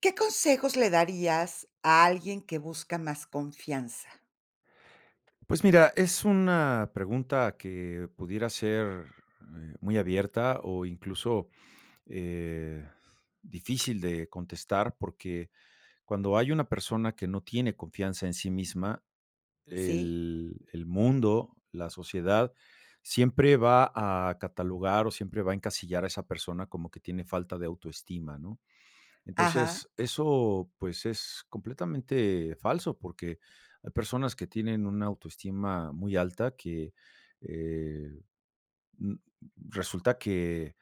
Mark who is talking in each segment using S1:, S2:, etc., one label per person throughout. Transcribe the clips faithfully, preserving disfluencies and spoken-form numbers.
S1: ¿Qué consejos le darías a alguien que busca más confianza?
S2: Pues mira, es una pregunta que pudiera ser eh, muy abierta o incluso eh, difícil de contestar, porque cuando hay una persona que no tiene confianza en sí misma,
S1: Sí,
S2: el, el mundo, la sociedad, siempre va a catalogar o siempre va a encasillar a esa persona como que tiene falta de autoestima, ¿no?
S1: ajá.
S2: Entonces, eso, pues, es completamente falso, porque hay personas que tienen una autoestima muy alta que, eh, n- resulta que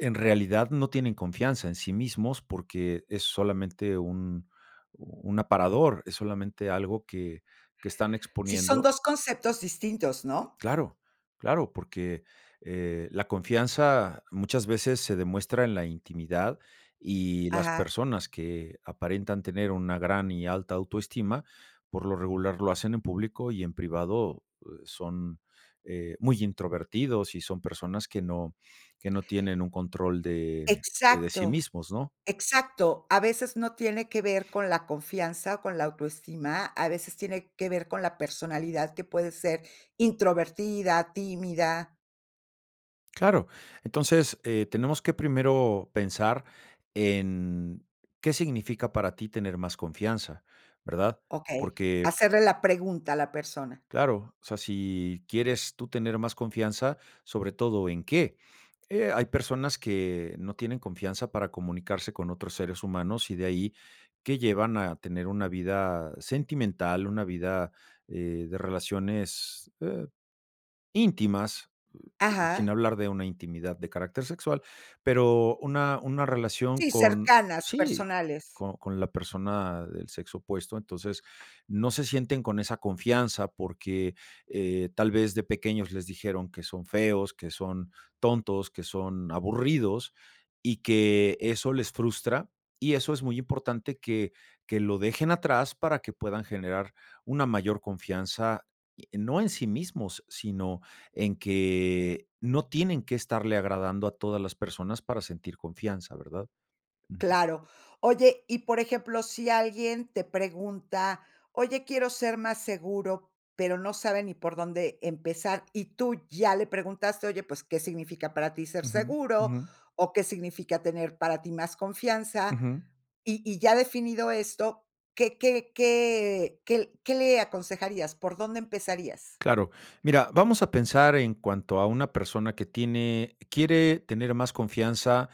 S2: en realidad no tienen confianza en sí mismos porque es solamente un, un aparador, es solamente algo que, que están
S1: Sí, son
S2: exponiendo.
S1: dos conceptos distintos, ¿no?
S2: Claro, claro, porque, eh, la confianza muchas veces se demuestra en la intimidad y las
S1: Ajá.
S2: personas que aparentan tener una gran y alta autoestima, por lo regular lo hacen en público y en privado, eh, son, eh, muy introvertidos y son personas que no que no tienen un control de de de sí
S1: Exacto,
S2: mismos, ¿no?
S1: exacto. A veces no tiene que ver con la confianza o con la autoestima, a veces tiene que ver con la personalidad que puede ser introvertida, tímida.
S2: Claro. Entonces, eh, tenemos que primero pensar en qué significa para ti tener más confianza, ¿verdad?
S1: Okey,
S2: Porque,
S1: hacerle la pregunta a la persona.
S2: claro, o sea, si quieres tú tener más confianza, sobre todo en qué. Eh, hay personas que no tienen confianza para comunicarse con otros seres humanos y de ahí que llevan a tener una vida sentimental, una vida eh, de relaciones eh, íntimas, sin
S1: Ajá.
S2: hablar de una intimidad de carácter sexual, pero una una relación
S1: Sí,
S2: con
S1: cercanas,
S2: sí,
S1: personales.
S2: con con la persona del sexo opuesto. Entonces, no se sienten con esa confianza porque, eh, tal vez de pequeños les dijeron que son feos, que son tontos, que son aburridos, y que eso les frustra, y eso es muy importante que que lo dejen atrás para que puedan generar una mayor confianza, y no en sí mismos, sino en que no tienen que estarle agradando a todas las personas para sentir confianza, ¿verdad? Ujú.
S1: Claro. Oye, y por ejemplo, si alguien te pregunta: "Oye, quiero ser más seguro", pero no sabe ni por dónde empezar, y tú ya le preguntaste: "Oye, pues, ¿qué significa para ti ser
S2: Ujú,
S1: seguro?
S2: ujú,
S1: O, ¿qué significa tener para ti más confianza?".
S2: ujú.
S1: Y y ya definido esto, ¿qué qué qué qué qué le aconsejarías? ¿Por dónde empezarías?
S2: Claro. Mira, vamos a pensar en cuanto a una persona que tiene quiere tener más confianza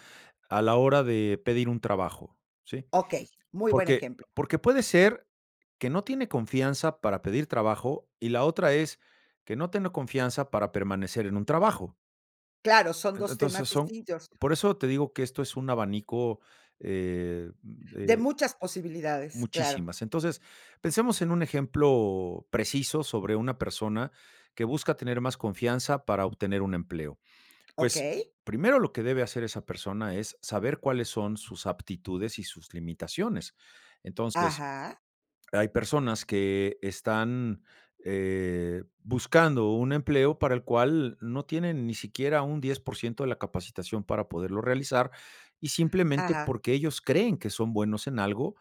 S2: a la hora de pedir un trabajo, ¿sí?
S1: Okey, muy buen
S2: Porque
S1: ejemplo.
S2: porque puede ser que no tiene confianza para pedir trabajo y la otra es que no tiene confianza para permanecer en un trabajo.
S1: Claro, son
S2: En
S1: dos temas
S2: entonces son
S1: distintos.
S2: por eso te digo que esto es un abanico, eh,
S1: De
S2: de
S1: muchas posibilidades, claro.
S2: muchísimas. Entonces, pensemos en un ejemplo preciso sobre una persona que busca tener más confianza para obtener un empleo. Pues,
S1: Okey.
S2: primero lo que debe hacer esa persona es saber cuáles son sus aptitudes y sus limitaciones. Entonces,
S1: Ajá,
S2: hay personas que están eh, buscando un empleo para el cual no tienen ni siquiera un diez por ciento de la capacitación para poderlo realizar y simplemente
S1: ajá,
S2: porque ellos creen que son buenos en algo,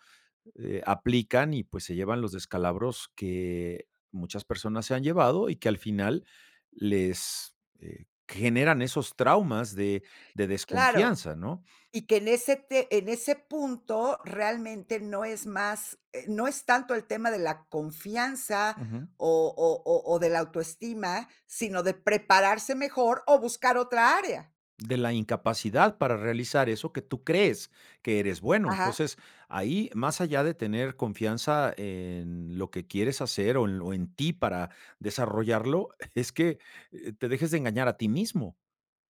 S2: eh, aplican y pues se llevan los descalabros que muchas personas se han llevado y que al final les eh, generan esos traumas de, de
S1: claro.
S2: desconfianza, ¿no?
S1: Y que en ese te en ese punto realmente no es más, eh, no es tanto el tema de la confianza
S2: Ujú.
S1: o o o o de la autoestima, sino de prepararse mejor o buscar otra área.
S2: De la incapacidad para realizar eso que tú crees que eres bueno.
S1: Ajá,
S2: Entonces, ahí, más allá de tener confianza en lo que quieres hacer o en o en ti para desarrollarlo, es que, eh, te dejes de engañar a ti mismo,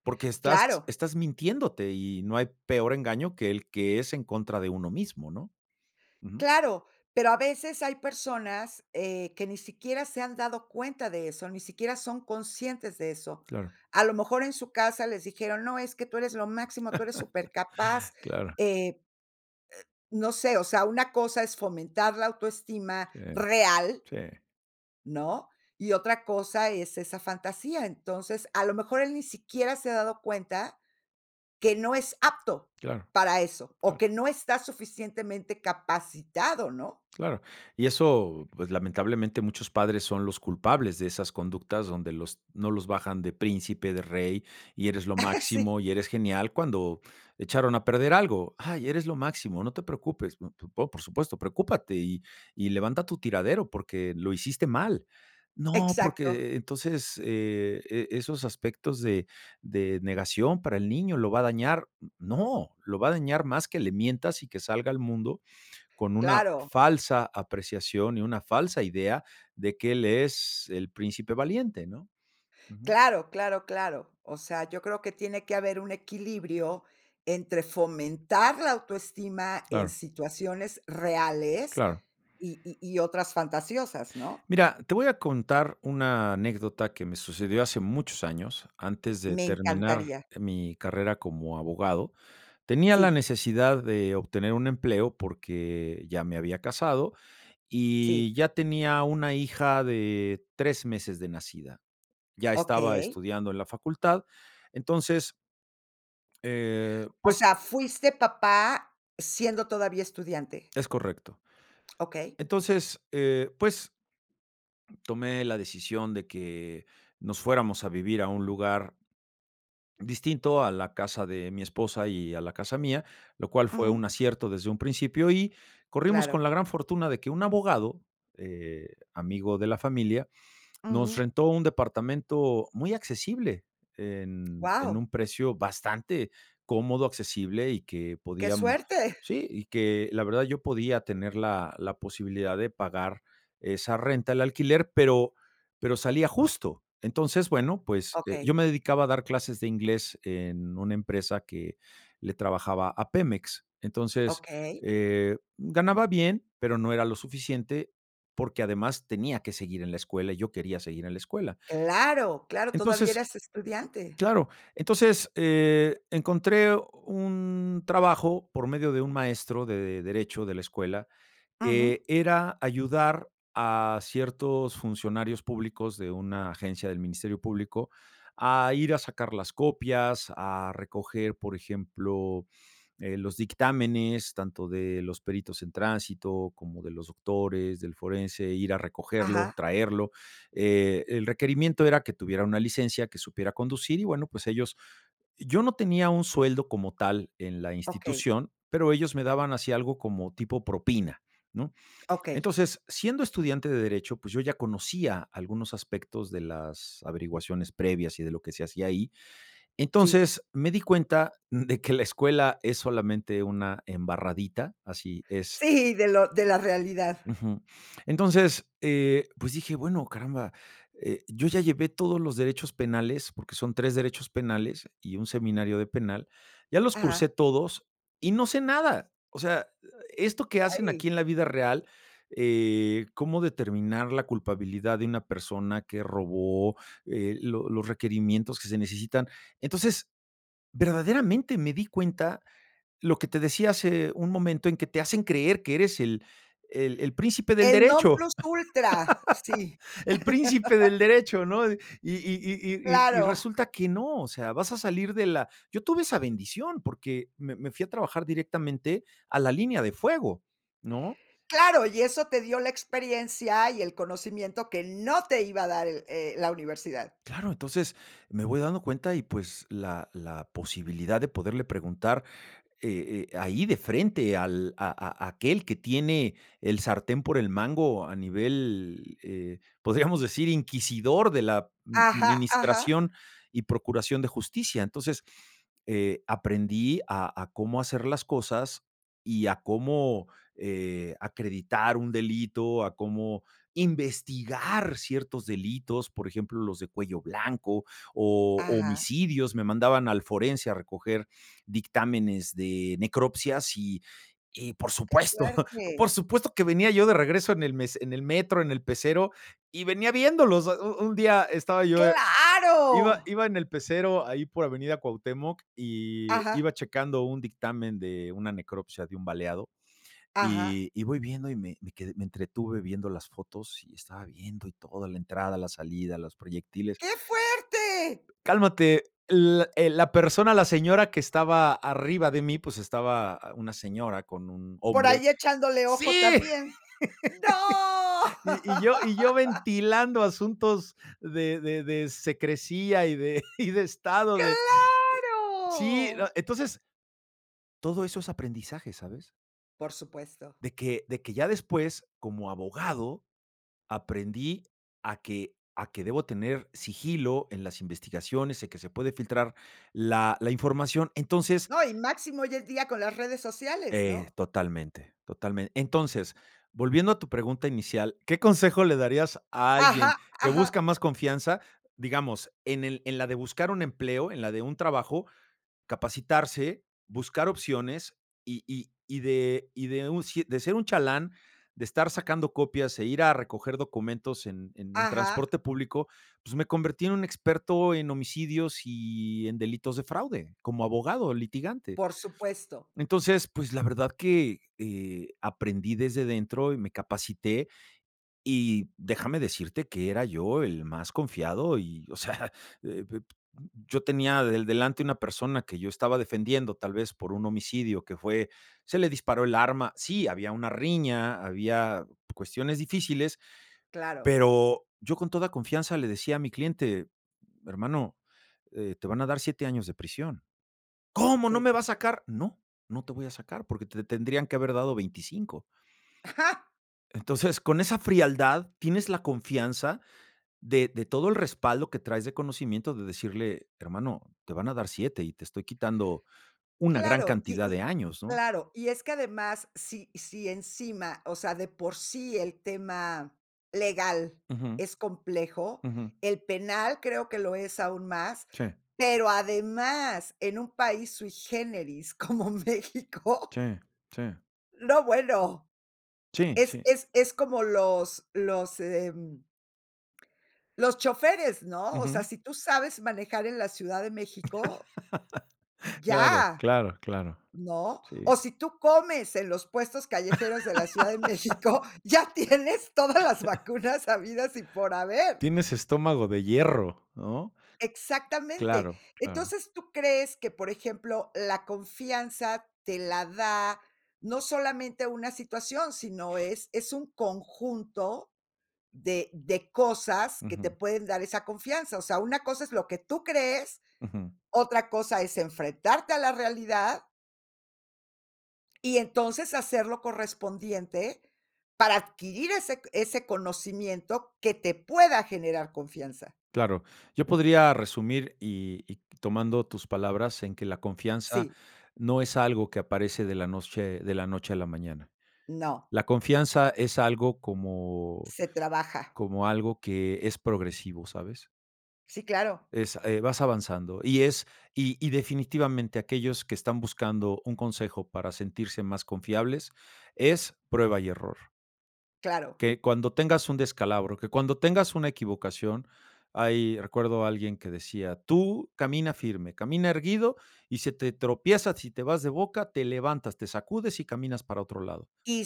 S2: porque estás
S1: claro.
S2: estás mintiéndote y no hay peor engaño que el que es en contra de uno mismo, ¿no? Ujú.
S1: Claro, pero a veces hay personas, eh, que ni siquiera se han dado cuenta de eso, ni siquiera son conscientes de eso.
S2: Claro,
S1: A lo mejor en su casa les dijeron: "No, es que tú eres lo máximo, tú eres supercapaz",
S2: claro.
S1: eh, no sé, o sea, una cosa es fomentar la autoestima
S2: Sí,
S1: real,
S2: sí,
S1: ¿no? Y otra cosa es esa fantasía. Entonces, a lo mejor él ni siquiera se ha dado cuenta que no es apto
S2: claro,
S1: para eso, o
S2: claro.
S1: que no está suficientemente capacitado, ¿no?
S2: Claro. Y eso, pues, lamentablemente, muchos padres son los culpables de esas conductas donde los no los bajan de príncipe, de rey, y eres lo
S1: Sí.
S2: máximo, y eres genial, cuando echaron a perder algo. Ay, eres lo máximo, no te preocupes. Mm, p po por supuesto, preocúpate y y levanta tu tiradero porque lo hiciste mal. No,
S1: Exacto,
S2: porque entonces, eh, e esos aspectos de de negación para el niño lo va a dañar. No, lo va a dañar más que le mientas y que salga al mundo con una
S1: claro,
S2: falsa apreciación y una falsa idea de que él es el príncipe valiente, ¿no? Ujú.
S1: claro, claro, claro. O sea, yo creo que tiene que haber un equilibrio entre fomentar la autoestima en
S2: Claro,
S1: situaciones reales
S2: claro.
S1: y y y otras fantasiosas, ¿no?
S2: Mira, te voy a contar una anécdota que me sucedió hace muchos años, antes de
S1: Me
S2: terminar
S1: encantaría.
S2: mi carrera como abogado. Tenía la
S1: Sí,
S2: necesidad de obtener un empleo porque ya me había casado
S1: sí,
S2: y ya tenía una hija de tres meses de nacida. Ya estaba
S1: okey.
S2: estudiando en la facultad. Entonces, Eh,
S1: O
S2: pues,
S1: sea, fuiste papá siendo todavía estudiante.
S2: es correcto.
S1: Okey.
S2: Entonces, eh, pues, tomé la decisión de que nos fuéramos a vivir a un lugar distinto a la casa de mi esposa y a la casa mía, lo cual fue
S1: Ujú,
S2: un acierto desde un principio, y corrimos con
S1: claro.
S2: la gran fortuna de que un abogado, eh, amigo de la familia, nos
S1: Wow,
S2: rentó un departamento muy accesible, en en un precio bastante cómodo, accesible y que
S1: qué
S2: podíamos
S1: suerte.
S2: sí, y que la verdad yo podía tener la la posibilidad de pagar esa renta, el alquiler, pero pero salía justo. Entonces, bueno, pues, eh,
S1: Okey,
S2: yo me dedicaba a dar clases de inglés en una empresa que le trabajaba a Pemex. Entonces,
S1: okey.
S2: eh, ganaba bien, pero no era lo suficiente porque además tenía que seguir en la escuela y yo quería seguir en la escuela.
S1: Claro, claro, todavía
S2: Entonces,
S1: eras estudiante.
S2: claro, entonces eh, encontré un trabajo por medio de un maestro de derecho de la escuela
S1: Ujú.
S2: que era ayudar a ciertos funcionarios públicos de una agencia del Ministerio Público a ir a sacar las copias, a recoger, por ejemplo, eh, los dictámenes, tanto de los peritos en tránsito como de los doctores, del forense, ir a recogerlo,
S1: Ajá.
S2: traerlo. Eh, el requerimiento era que tuviera una licencia, que supiera conducir y bueno, pues ellos, yo no tenía un sueldo como tal en la
S1: Okey,
S2: institución, pero ellos me daban así algo como tipo propina. ¿No?
S1: okey,
S2: Entonces, siendo estudiante de derecho, pues yo ya conocía algunos aspectos de las averiguaciones previas y de lo que se hacía ahí,
S1: sí.
S2: entonces, me di cuenta de que la escuela es solamente una embarradita, así es.
S1: Sí, de lo de la realidad.
S2: Ujú. Entonces, eh, pues dije, bueno, caramba, eh, yo ya llevé todos los derechos penales, porque son tres derechos penales y un seminario de penal, ya los
S1: Ajá,
S2: cursé todos y no sé nada. O sea, esto que hacen
S1: ahí.
S2: aquí en la vida real, eh, cómo determinar la culpabilidad de una persona que robó, eh, lo- los requerimientos que se necesitan. Entonces, verdaderamente me di cuenta, lo que te decía hace un momento, en que te hacen creer que eres el el el príncipe del
S1: El non
S2: derecho,
S1: plus ultra, sí,
S2: el príncipe del derecho, ¿no? Y y y y y
S1: claro,
S2: resulta que no, o sea, vas a salir de la yo tuve esa bendición porque me me fui a trabajar directamente a la línea de fuego, ¿no?
S1: claro, y eso te dio la experiencia y el conocimiento que no te iba a dar el, eh, la universidad.
S2: Claro, entonces me voy dando cuenta y, pues, la la posibilidad de poderle preguntar eh, eh, ahí de frente al a a a aquel que tiene el sartén por el mango a nivel, eh, podríamos decir, inquisidor de la
S1: Ajá,
S2: administración
S1: ajá,
S2: y procuración de justicia. Entonces, eh, aprendí a a cómo hacer las cosas y a cómo, eh, acreditar un delito, a cómo investigar ciertos delitos, por ejemplo, los de cuello blanco o o
S1: ajá,
S2: homicidios. Me mandaban al forense a recoger dictámenes de necropsias y, y por
S1: qué
S2: supuesto,
S1: fuerte.
S2: por supuesto que venía yo de regreso en el, mes, en el metro, en el pecero, y venía viéndolos. Un, un día estaba yo, eh, iba,
S1: ¡Claro!
S2: iba en el pecero ahí por Avenida Cuauhtémoc y
S1: Ajá,
S2: iba checando un dictamen de una necropsia de un baleado.
S1: ajá.
S2: Y, y voy viendo y me, me, quedé- me entretuve viendo las fotos y estaba viendo y todo, la entrada, la salida, los proyectiles.
S1: ¡Qué fuerte!
S2: Cálmate, la, eh, la persona, la señora que estaba arriba de mí, pues estaba una señora con un
S1: Por
S2: hombre.
S1: ahí echándole
S2: Sí,
S1: ojo también. ¡No!
S2: y, y yo, y yo ventilando asuntos de, de, de secrecía y de, y de estado de... Sí, no,
S1: ¡Claro!
S2: entonces todo eso es aprendizaje, ¿sabes?
S1: Por supuesto.
S2: De que, de que ya después, como abogado, aprendí a que, a que debo tener sigilo en las investigaciones, en que se puede filtrar la, la información. Entonces,
S1: No, y máximo hoy en día con las redes sociales,
S2: Eh,
S1: ¿no?
S2: totalmente, totalmente. Entonces, volviendo a tu pregunta inicial, ¿qué consejo le darías a alguien
S1: Ajá,
S2: que
S1: ajá,
S2: busca más confianza? Digamos, en el en la de buscar un empleo, en la de un trabajo, capacitarse, buscar opciones y y y de y de un si de ser un chalán, de estar sacando copias e ir a recoger documentos en en en
S1: ajá,
S2: transporte público, pues, me convertí en un experto en homicidios y en delitos de fraude, como abogado litigante.
S1: por supuesto,
S2: Entonces, pues la verdad que eh, aprendí desde dentro y me capacité y déjame decirte que era yo el más confiado y, o sea, eh, pe- yo tenía del delante una persona que yo estaba defendiendo tal vez por un homicidio que fue, se le disparó el arma, sí, había una riña, había cuestiones difíciles,
S1: claro,
S2: pero yo con toda confianza le decía a mi cliente, hermano, eh, te van a dar siete años de prisión. ¿Cómo no
S1: sí.
S2: me va a sacar? No, no te voy a sacar porque te tendrían que haber dado veinticinco.
S1: Ajá,
S2: Entonces, con esa frialdad tienes la confianza de, de todo el respaldo que traes de conocimiento de decirle, hermano, te van a dar siete y te estoy quitando una gran
S1: claro, y
S2: cantidad
S1: y
S2: de años, ¿no?
S1: claro, y es que además, si si encima, o sea, de por sí el tema legal
S2: Ujú,
S1: es complejo,
S2: ujú.
S1: el penal creo que lo es aún más,
S2: Sí,
S1: pero además en un país sui generis como México,
S2: sí, sí,
S1: no, bueno,
S2: sí,
S1: es
S2: sí.
S1: es es como los los, em Los choferes, ¿no? O sea,
S2: Ujú.
S1: si tú sabes manejar en la Ciudad de México,
S2: Claro,
S1: ya,
S2: claro, claro.
S1: ¿no?
S2: Sí.
S1: O si tú comes en los puestos callejeros de la Ciudad de México, ya tienes todas las vacunas habidas y por haber.
S2: Tienes estómago de hierro, ¿no?
S1: Exactamente.
S2: Claro, claro.
S1: Entonces, ¿tú crees que, por ejemplo, la confianza te la da no solamente una situación, sino es es un conjunto de de cosas que te
S2: Ujú,
S1: pueden dar esa confianza? O sea, una cosa es lo que tú crees.
S2: ujú.
S1: Otra cosa es enfrentarte a la realidad y entonces hacer lo correspondiente para adquirir ese ese conocimiento que te pueda generar confianza.
S2: Claro, yo podría resumir y y tomando tus palabras en que la confianza
S1: Sí,
S2: no es algo que aparece de la noche de la noche a la mañana.
S1: no,
S2: La confianza es algo como
S1: se trabaja.
S2: como algo que es progresivo, ¿sabes?
S1: Sí, claro,
S2: Es, eh, vas avanzando y es y y definitivamente aquellos que están buscando un consejo para sentirse más confiables es prueba y error.
S1: claro.
S2: Que cuando tengas un descalabro, que cuando tengas una equivocación, hay recuerdo a alguien que decía: "Tú camina firme, camina erguido, y si te tropiezas, si te vas de boca, te levantas, te sacudes y caminas para otro lado".
S1: Y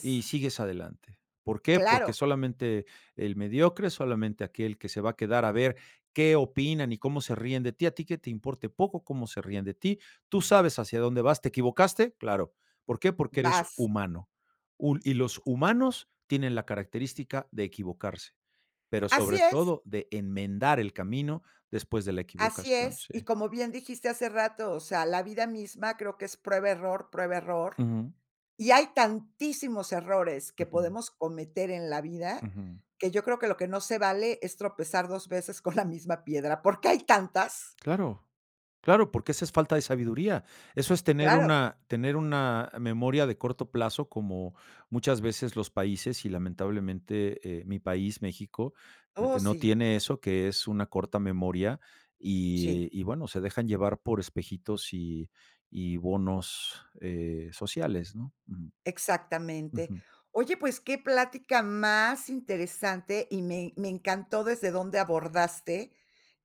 S2: Y sigues adelante. ¿Por qué? Porque
S1: claro,
S2: solamente el mediocre, solamente aquel que se va a quedar a ver qué opinan y cómo se ríen de ti, a ti que te importe poco cómo se ríen de ti, tú sabes hacia dónde vas, ¿te equivocaste? Claro. ¿Por qué? Porque eres
S1: vas.
S2: humano. Un- y los humanos tienen la característica de equivocarse, pero
S1: Así
S2: sobre
S1: es,
S2: todo de enmendar el camino después de la
S1: así
S2: equivocación,
S1: es.
S2: sí.
S1: Y como bien dijiste hace rato, o sea, la vida misma creo que es prueba, error, prueba, error.
S2: Ujú,
S1: Y hay tantísimos errores que
S2: ujú,
S1: podemos cometer en la vida,
S2: ujú.
S1: que yo creo que lo que no se vale es tropezar dos veces con la misma piedra, porque hay tantas.
S2: Claro, claro, porque esa es falta de sabiduría. Eso es tener
S1: Claro.
S2: una tener una memoria de corto plazo, como muchas veces los países, y lamentablemente, eh, mi país, México, eh,
S1: Oh,
S2: no
S1: sí,
S2: tiene eso, que es una corta memoria,
S1: sí.
S2: y y bueno, se dejan llevar por espejitos y y bonos, eh, sociales, ¿no? Ujú,
S1: Exactamente.
S2: ujú,
S1: Oye, pues qué plática más interesante y me me encantó desde dónde abordaste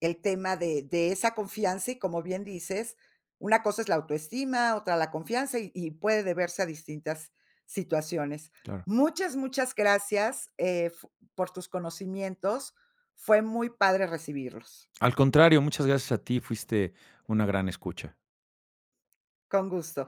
S1: el tema de de esa confianza y como bien dices, una cosa es la autoestima, otra la confianza y y puede deberse a distintas situaciones.
S2: claro.
S1: Muchas, muchas gracias, eh, fu por tus conocimientos. Fue muy padre recibirlos.
S2: Al contrario, muchas gracias a ti, fuiste una gran escucha.
S1: Con gusto.